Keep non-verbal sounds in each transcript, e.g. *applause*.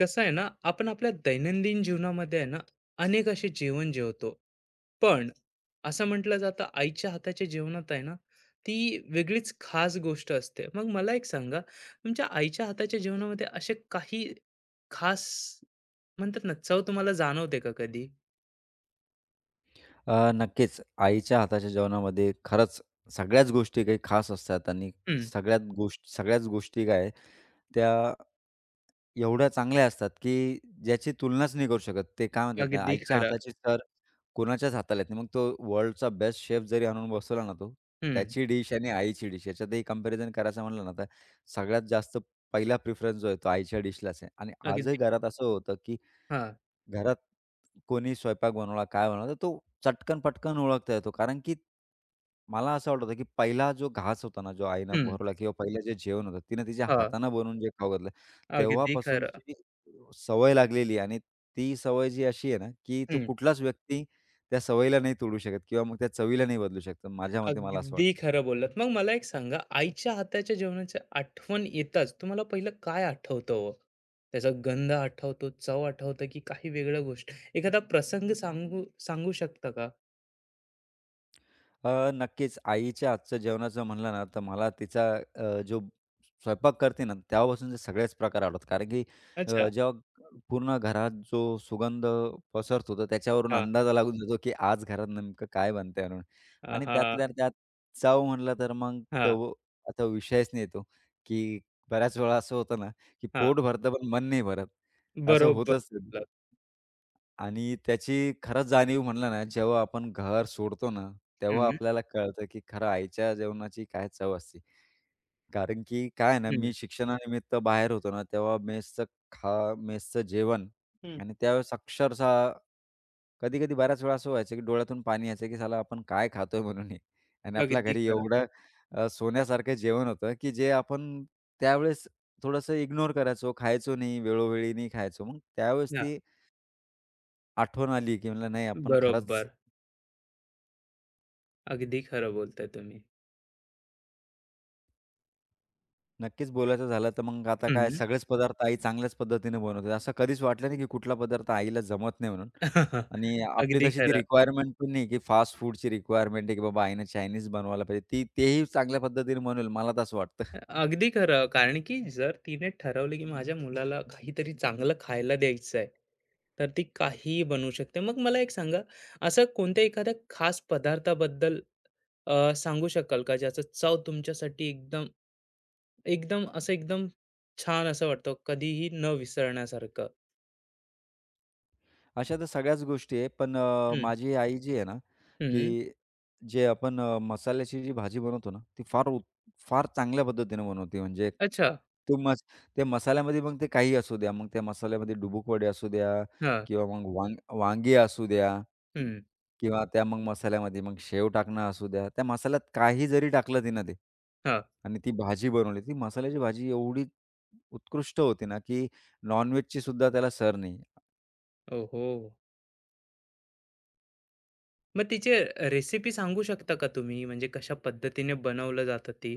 कसं आहे ना. आपण आपल्या दैनंदिन जीवनामध्ये आहे ना अनेक असे जेवण जेवतो. पण असं म्हटलं जातं आईच्या हाताच्या जेवणात आहे ना ती वेगळीच खास गोष्ट असते. मग मला एक सांगा, तुमच्या आईच्या हाताच्या जेवणामध्ये असे काही खास म्हणतात ना चव तुम्हाला जाणवते का कधी? नक्कीच. आईच्या हाताच्या जेवणामध्ये खरंच सगळ्याच गोष्टी काही खास असतात आणि हम्म. सगळ्यात गोष्ट सगळ्याच गोष्टी काय त्या एवढ्या चांगल्या असतात, की ज्याची तुलनाच नाही करू शकत. ते काय म्हणतात ना, अगदी आईच्या खरं. हाताची तर कोणाच्याच हाताला येत नाही. मग तो वर्ल्डचा बेस्ट शेफ जरी आणून बसवला ना तो, हम्म. त्याची डिश आणि आईची डिश याच्यातही कंपॅरिझन करायचं म्हणलं ना, तर सगळ्यात जास्त पहिला प्रिफरन्स जो आहे तो आईच्या डिशलाच आहे. आणि आजही अगदी. घरात असं होतं, की हा. घरात कोणी स्वयंपाक बनवला, काय बनवला, तर तो चटकन-पटकन ओळखता येतो. कारण की मला असं वाटतं, की पहिला जो घास होता ना, जो आईनं हम्म. भरवला किंवा पहिलं जे जेवण होतं, तिनं तिच्या हा. हातानं बनवून जे खाऊ घातलं, अगदी खरं. तेव्हापासूनची सवय लागलेली आहे आणि ती सवय जी अशी आहे ना, की तो कुठलाच व्यक्ती त्या सवयीला नाही तोडू शकत किंवा मग त्या चवीला नाही बदलू शकत. माझ्या मते मला असं अगदी वाटतं. खरं बोललात. मग मला एक सांगा, आईच्या हाताच्या जेवणाची आठवण येताच तुम्हाला पहिलं काय आठवतं हो? त्याचा गंध आठवतो, चव आठवतं की काही वेगळं गोष्ट? एखादा प्रसंग सांगू सांगू शकता का? नक्कीच आईच्या आजच्या जेवणाचं म्हणलं ना, तर मला तिचा जो स्वयंपाक करते ना, तेव्हापासूनचे सगळेच प्रकार आवडतात. कारण की अच्छा. जेव्हा पूर्ण घरात जो सुगंध पसरतो, तर त्याच्यावरून हां. अंदाजा लागून जातो, की आज घरात नेमकं काय बनतंय म्हणून. आणि हां. त्यातल्या त्यात चव म्हटलं तर मग हां. तो आता विषयच नाही येतो, की बऱ्याच वेळा असं होतं ना, की हां. पोट भरतं पण मन नाही भरत. असं बरोबर होतच. बोललात. आणि त्याची खरंच जाणीव म्हणलं ना, जेव्हा आपण घर सोडतो ना, तेव्हा हं. आपल्याला कळतं, की खरं आईच्या जेवणाची काय चव असते. कारण की काय आहे ना, हं. मी शिक्षणानिमित्त बाहेर होतो ना, तेव्हा मेसचं मेसचं जेवण हं. आणि त्यावेळेस अक्षरशः कधी-कधी बऱ्याच वेळा असं व्हायचं, की डोळ्यातून पाणी यायचं, की "साला आपण काय खातोय?" म्हणून हे आणि आपल्या अगदी घरी खरं. एवढं सोन्यासारखं जेवण होतं, की जे आपण त्यावेळेस थोडंसं इग्नोर करायचो, खायचो नाही, वेळोवेळी नाही खायचो. मग त्यावेळेस हां. ती आठवण आली, की म्हणलं नाही आपण खरंच बरोबर. अगदी खरं बोलताय तुम्ही. नक्कीच बोलायचं झालं तर मग आता काय हं. सगळेच पदार्थ आई चांगल्याच पद्धतीने बनवते. असं कधीच वाटलं नाही, की कुठला पदार्थ आईला जमत नाही म्हणून. *laughs* आणि आपली अगदी तशी ती खरं. रिक्वायरमेंट पण नाही, की फास्ट फूडची रिक्वायरमेंट आहे, की बाबा आईनं चायनीज बनवायला पाहिजे. ती तेही चांगल्या पद्धतीने बनवेल मला तर वाटतं. अगदी खरं. कारण की जर तिने ठरवलं की माझ्या मुलाला काहीतरी चांगलं खायला द्यायचं आहे, तर ती काहीही बनवू शकते. मग मला एक सांगा, असं कोणत्या एखाद्या खास पदार्थाबद्दल सांगू शकाल का, ज्याचा चव तुमच्यासाठी एकदम एकदम असं एकदम छान असं वाटतं, कधीही न विसरण्यासारखं? अशा तर सगळ्याच गोष्टी आहे. पण हं. माझी आई जी आहे ना, हं. की जे आपण मसाल्याची जी भाजी बनवतो ना, ती फार चांगल्या पद्धतीने बनवते. म्हणजे अच्छा. तो मस त्या मसाल्यामध्ये मग ते काही असू द्या. मग त्या मसाल्यामध्ये डुबुक वडे असू द्या हां. किंवा मग वांगी असू द्या हं. किंवा त्या मग मसाल्यामध्ये मग शेव टाकणं असू द्या. त्या मसाल्यात काही जरी टाकलं तिनं ते हां. आणि ती भाजी बनवली. ती मसाल्याची भाजी एवढी उत्कृष्ट होती ना, की नॉन सुद्धा त्याला सर नाही. ओहो! मग तिचे रेसिपी सांगू शकता का तुम्ही? म्हणजे कशा पद्धतीने बनवलं जातं ते?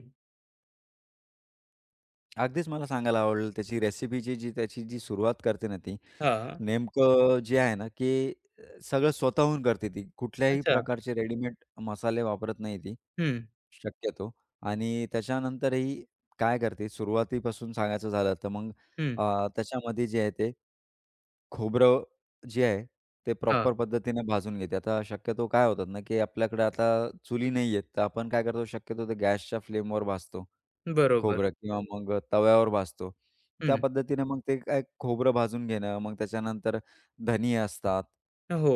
अगदीच मला सांगायला आवडेल त्याची रेसिपीची जी त्याची जी सुरुवात करते ना ती, हां. नेमकं जे आहे ना, की सगळं स्वतःहून करते ती. कुठल्याही अच्छा. प्रकारचे रेडीमेड मसाले वापरत नाही ती हं. शक्यतो आणि त्याच्यानंतरही काय करते सुरुवातीपासून सांगायचं झालं तर मग हं. त्याच्यामध्ये जे आहे ते खोबरं जे आहे ते हां. प्रॉपर पद्धतीने भाजून घेते. आता शक्यतो काय होतात ना, की आपल्याकडे आता चुली नाही आहेत, तर आपण काय करतो शक्यतो ते गॅसच्या फ्लेमवर भाजतो. बरोबर. खोबरं किंवा मग तव्यावर भाजतो. त्या हं. पद्धतीने मग ते काय खोबरं भाजून घेणं, मग त्याच्यानंतर धनी असतात, हो,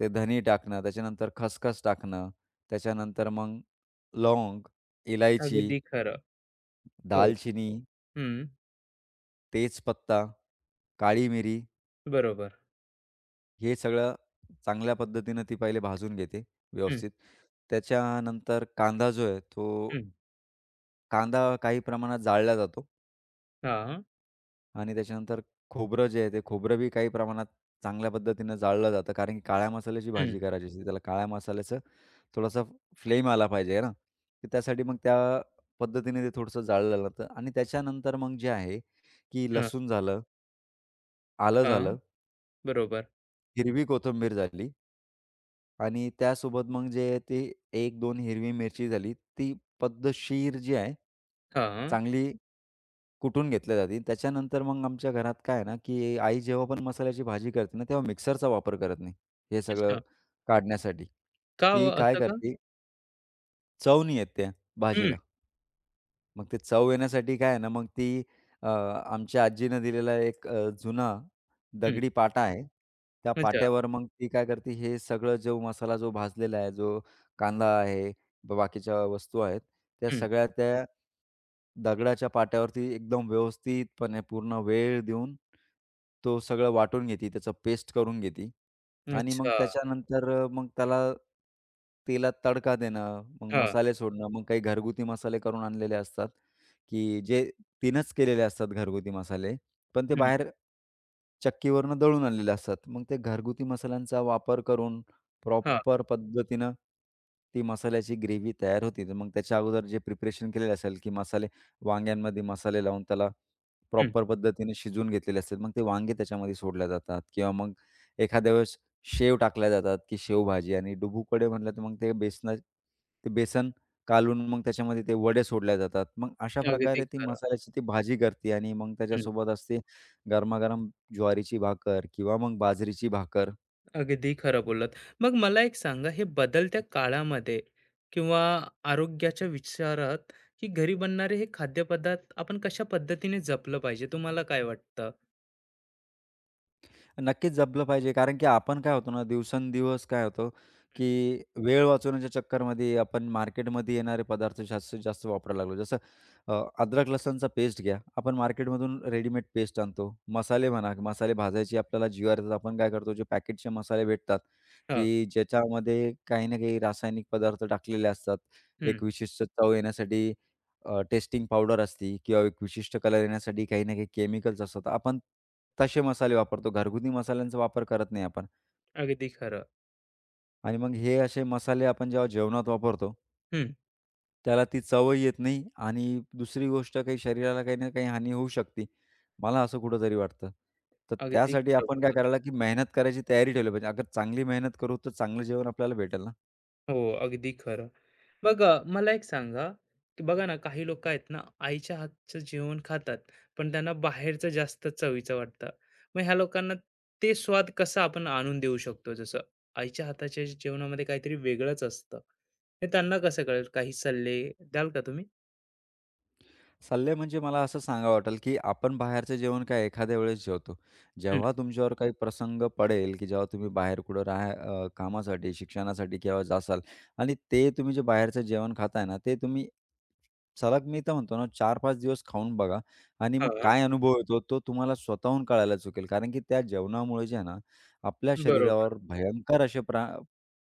ते धनी टाकणं, त्याच्यानंतर खसखस टाकणं, त्याच्यानंतर मग लवंग, इलायची, अगदी खरं. हो. दालचिनी, हं. तेजपत्ता, काळी मिरी बरोबर. हे सगळं चांगल्या पद्धतीनं ती पहिले भाजून घेते हं. व्यवस्थित. त्याच्यानंतर कांदा जो आहे तो हं. कांदा काही प्रमाणात जाळला जातो. हां. आणि त्याच्यानंतर खोबरं जे आहे ते खोबरं बी काही प्रमाणात चांगल्या पद्धतीनं जाळलं जातं. कारण की काळ्या मसाल्याची हं. भाजी करायची असते. त्याला काळ्या मसाल्याचं थोडासा फ्लेम आला पाहिजे आहे ना. तर त्यासाठी मग त्या पद्धतीने ते थोडंसं जाळलं जातं आणि त्याच्यानंतर मग जे आहे की हां. लसूण झालं, आलं हां. झालं, बरोबर. हिरवी कोथिंबीर झाली आणि त्यासोबत मग जे आहे ते 1-2 हिरवी मिरची झाली. ती पद्धतशीर जी आहे, हां. चांगली कुटून घेतल्या जातील. त्याच्यानंतर मग आमच्या घरात काय आहे ना, की आई जेव्हा पण मसाल्याची भाजी करते ना, तेव्हा मिक्सरचा वापर करत नाही. हे सगळं अच्छा. काढण्यासाठी. का हो ती काय असं का? करते, चवणी येते हं. भाजीला. मग ते चव येण्यासाठी काय आहे ना, मग ती अ, आमच्या आजीनं दिलेला एक जुना हं. दगडी पाटा आहे. त्या अच्छा. पाट्यावर मग ती काय करते, हे सगळं जो मसाला जो भाजलेला आहे, जो कांदा आहे, बाकीच्या वस्तू आहेत, त्या हं. सगळ्या त्या दगडाच्या पाट्यावरती एकदम व्यवस्थितपणे पूर्ण वेळ देऊन, तो सगळं वाटून घेते, त्याचं पेस्ट करून घेते. आणि मग अच्छा. त्याच्यानंतर मग त्याला तेलात तडका देणं, मग हां. मसाले सोडणं, मग काही घरगुती मसाले करून आणलेले असतात, की जे तिनंच केलेले असतात घरगुती मसाले, पण ते हं. बाहेर चक्कीवरनं दळून आणलेले असतात. मग ते घरगुती मसाल्यांचा वापर करून हां. प्रॉपर पद्धतीनं ती मसाल्याची ग्रेव्ही तयार होती. तर मग त्याच्या अगोदर जे प्रिपरेशन केलेलं असेल, की मसाले वांग्यांमध्ये मसाले लावून त्याला हं. प्रॉपर पद्धतीने शिजवून घेतलेले असतात. मग ते वांगे त्याच्यामध्ये सोडल्या जातात किंवा मग एखाद्या वेळेस शेव टाकल्या जातात, की शेवभाजी आणि डुबुकडे म्हटलं तर मग ते बेसन कालवून मग त्याच्यामध्ये ते वडे सोडल्या जातात. मग अशा अगदी प्रकारे ती खरं. मसाल्याची ती भाजी करते आणि मग हं. त्याच्यासोबत असते गरमागरम ज्वारीची भाकर किंवा मग बाजरीची भाकर. अगदी खरं बोललात. मग मला एक सांगा, हे बदलत्या काळामध्ये किंवा आरोग्याच्या विचारात की घरी बनणारे हे खाद्यपदार्थ आपण कशा पद्धतीने जपलं पाहिजे, तुम्हाला काय वाटतं? नक्कीच जपलं पाहिजे. कारण की आपण काय होतो ना, दिवसेंदिवस काय होतो, की वेळ वाचवण्याच्या चक्करमध्ये आपण मार्केटमध्ये येणारे पदार्थ जास्तीत जास्त वापरायला लागलो. जसं अ, अद्रक लसणचा पेस्ट घ्या. आपण मार्केटमधून रेडीमेड पेस्ट आणतो. मसाले म्हणा, मसाले भाजायची आपल्याला जीवावर येतात. आपण काय करतो, जे पॅकेटचे मसाले भेटतात, हां. की ज्याच्यामध्ये काही ना काही रासायनिक पदार्थ टाकलेले असतात. हं. एक विशिष्ट चव येण्यासाठी टेस्टिंग पावडर असती किंवा एक विशिष्ट कलर येण्यासाठी काही ना काही केमिकल्स असतात. आपण तसे मसाले वापरतो. घरगुती मसाल्यांचा वापर करत नाही आपण अगदी खरं. आणि मग हे असे मसाले आपण जेव्हा जेवणात वापरतो, हं. त्याला ती चवही येत नाही आणि दुसरी गोष्ट काही शरीराला काही ना काही हानी होऊ शकते. मला असं कुठेतरी वाटतं. तर अगदी त्यासाठी खरं आपण काय बोललात. करायला, की मेहनत करायची तयारी ठेवली पाहिजे. अगर चांगली मेहनत करू, तर चांगलं जेवण आपल्याला भेटेल ना. हो, अगदी खरं. मग मला एक सांगा, की बघा ना काही लोकं आहेत ना आईच्या हातचं जेवण खातात, पण त्यांना बाहेरचं जास्त चवीचं वाटतं. मग ह्या लोकांना ते स्वाद कसं आपण आणून देऊ शकतो? जसं आईच्या हाताच्या जेवणामध्ये काहीतरी वेगळंच असतं. हे त्यांना कसं कळेल? काही सल्ले द्याल का तुम्ही? सल्ले म्हणजे मला असं सांगा वाटेल, की आपण बाहेरचं जेवण काय एखाद्या वेळेस जेवतो. हं. जेव्हा तुमच्यावर काही प्रसंग पडेल, की जेव्हा तुम्ही बाहेर कुठं राहा कामासाठी, शिक्षणासाठी केव्हा जासाल आणि ते तुम्ही जे बाहेरचं जेवण खाताय ना, ते तुम्ही सलग मी तर म्हणतो ना 4-5 दिवस खाऊन बघा आणि मग हां. काय अनुभव येतो तो तुम्हाला स्वतःहून कळायला चुकेल. कारण की त्या जेवणामुळे जे आहे ना, आपल्या बरोबर. शरीरावर भयंकर असे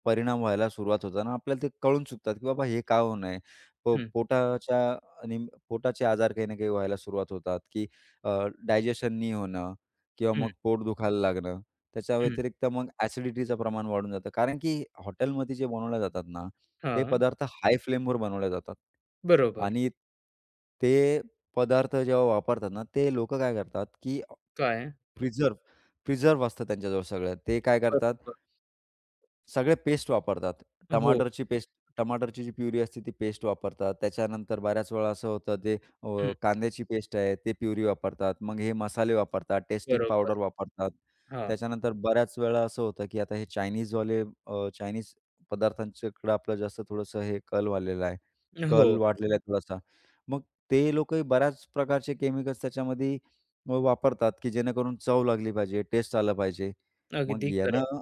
परिणाम व्हायला सुरुवात होतात आपल्याला ते कळून चुकतात, की बाबा हे का होऊ नये. हं, पोटाच्या आणि पोटाचे आजार काही ना काही व्हायला सुरुवात होतात, की डायजेशन नाही होणं किंवा हं, मग पोट दुखायला लागणं. त्याच्या हं. व्यतिरिक्त मग ॲसिडिटीचं प्रमाण वाढून जातं. कारण की हॉटेलमध्ये जे बनवल्या जातात ना, ते हां. पदार्थ हाय फ्लेमवर बनवल्या जातात बरोबर. आणि ते पदार्थ जेव्हा वापरतात ना, ते लोकं काय करतात, की काय? प्रिझर्व्ह प्रिझर्व्ह असतं त्यांच्याजवळ सगळं. ते काय करतात बरोबर. सगळे पेस्ट वापरतात. हो. टमाटरची पेस्ट टमाटरची जी प्युरी असते ती पेस्ट वापरतात. त्याच्यानंतर बऱ्याच वेळा असं होतं ते अ, हं. कांद्याची पेस्ट आहे ते प्युरी वापरतात. मग हे मसाले वापरतात, टेस्टिंग बरोबर. पावडर वापरतात. हां. त्याच्यानंतर बऱ्याच वेळा असं होतं, की आता हे चायनीजवाले चायनीज पदार्थांच्याकडे आपलं जास्त थोडंसं हे कल वाढलेला आहे. हो. कल वाढलेला आहे थोडासा. मग ते लोकही बऱ्याच प्रकारचे केमिकल्स त्याच्यामध्ये वापरतात, की जेणेकरून चव लागली पाहिजे, टेस्ट आलं पाहिजे. मग अगदी खरं. यानं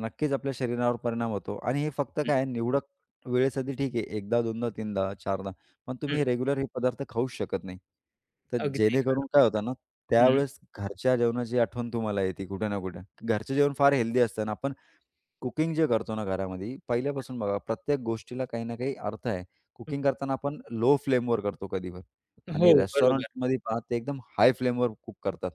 नक्कीच आपल्या शरीरावर परिणाम होतो आणि हे फक्त हं. काय आहे, निवडक वेळेसाठी ठीक आहे. एकदा, दोनदा, तीनदा, चारदा. पण हं. तुम्ही हे रेग्युलर हे पदार्थ खाऊच शकत नाही. तर अगदी जेणेकरून खरं. काय होतं ना, हं. त्यावेळेस घरच्या जेवणाची आठवण तुम्हाला येते कुठे ना कुठे. घरचं जेवण फार हेल्दी असतं आणि आपण कुकिंग जे करतो ना घरामध्ये, पहिल्यापासून बघा प्रत्येक गोष्टीला काही ना काही अर्थ आहे. कुकिंग करताना आपण लो फ्लेमवर करतो कधी पण हो, आणि बरोबर. रेस्टॉरंटमध्ये पहा ते एकदम हाय फ्लेमवर कुक करतात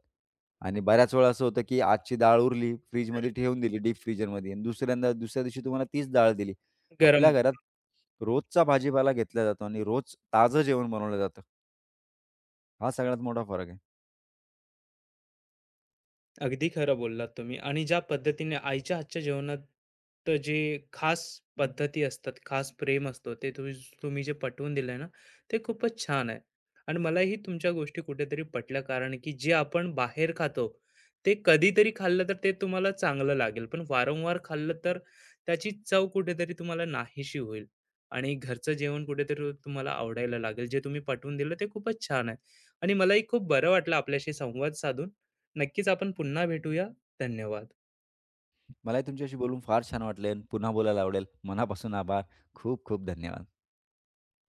आणि बऱ्याच वेळा असं होतं, की आजची डाळ उरली, फ्रिजमध्ये ठेवून दिली डीप फ्रीजरमध्ये आणि दुसऱ्यांदा दुसऱ्या दिवशी तुम्हाला तीच डाळ दिली. गरम. आपल्या घरात रोजचा भाजीपाला घेतला जातो आणि रोज ताजं जेवण बनवलं जातं. हा सगळ्यात मोठा फरक आहे. अगदी खरं बोललात तुम्ही. आणि ज्या पद्धतीने आईच्या हातच्या जेवणात तर जे खास पद्धती असतात, खास प्रेम असतो, ते तुम्ही तुम्ही जे पटवून दिलंय ना, ते खूपच छान आहे. आणि मलाही तुमच्या गोष्टी कुठेतरी पटल्या, कारण की जे आपण बाहेर खातो, ते कधीतरी खाल्लं तर ते तुम्हाला चांगलं लागेल, पण वारंवार खाल्लं तर त्याची चव कुठेतरी तुम्हाला नाहीशी होईल आणि घरचं जेवण कुठेतरी तुम्हाला आवडायला लागेल. जे तुम्ही पटवून दिलं ते खूपच छान आहे. आणि मलाही खूप बरं वाटलं आपल्याशी संवाद साधून. नक्कीच आपण पुन्हा भेटूया. धन्यवाद. मलाही तुमच्याशी बोलून फार छान वाटले पुन्हा बोलायला आवडेल. मनापासून आभार. खूप खूप धन्यवाद.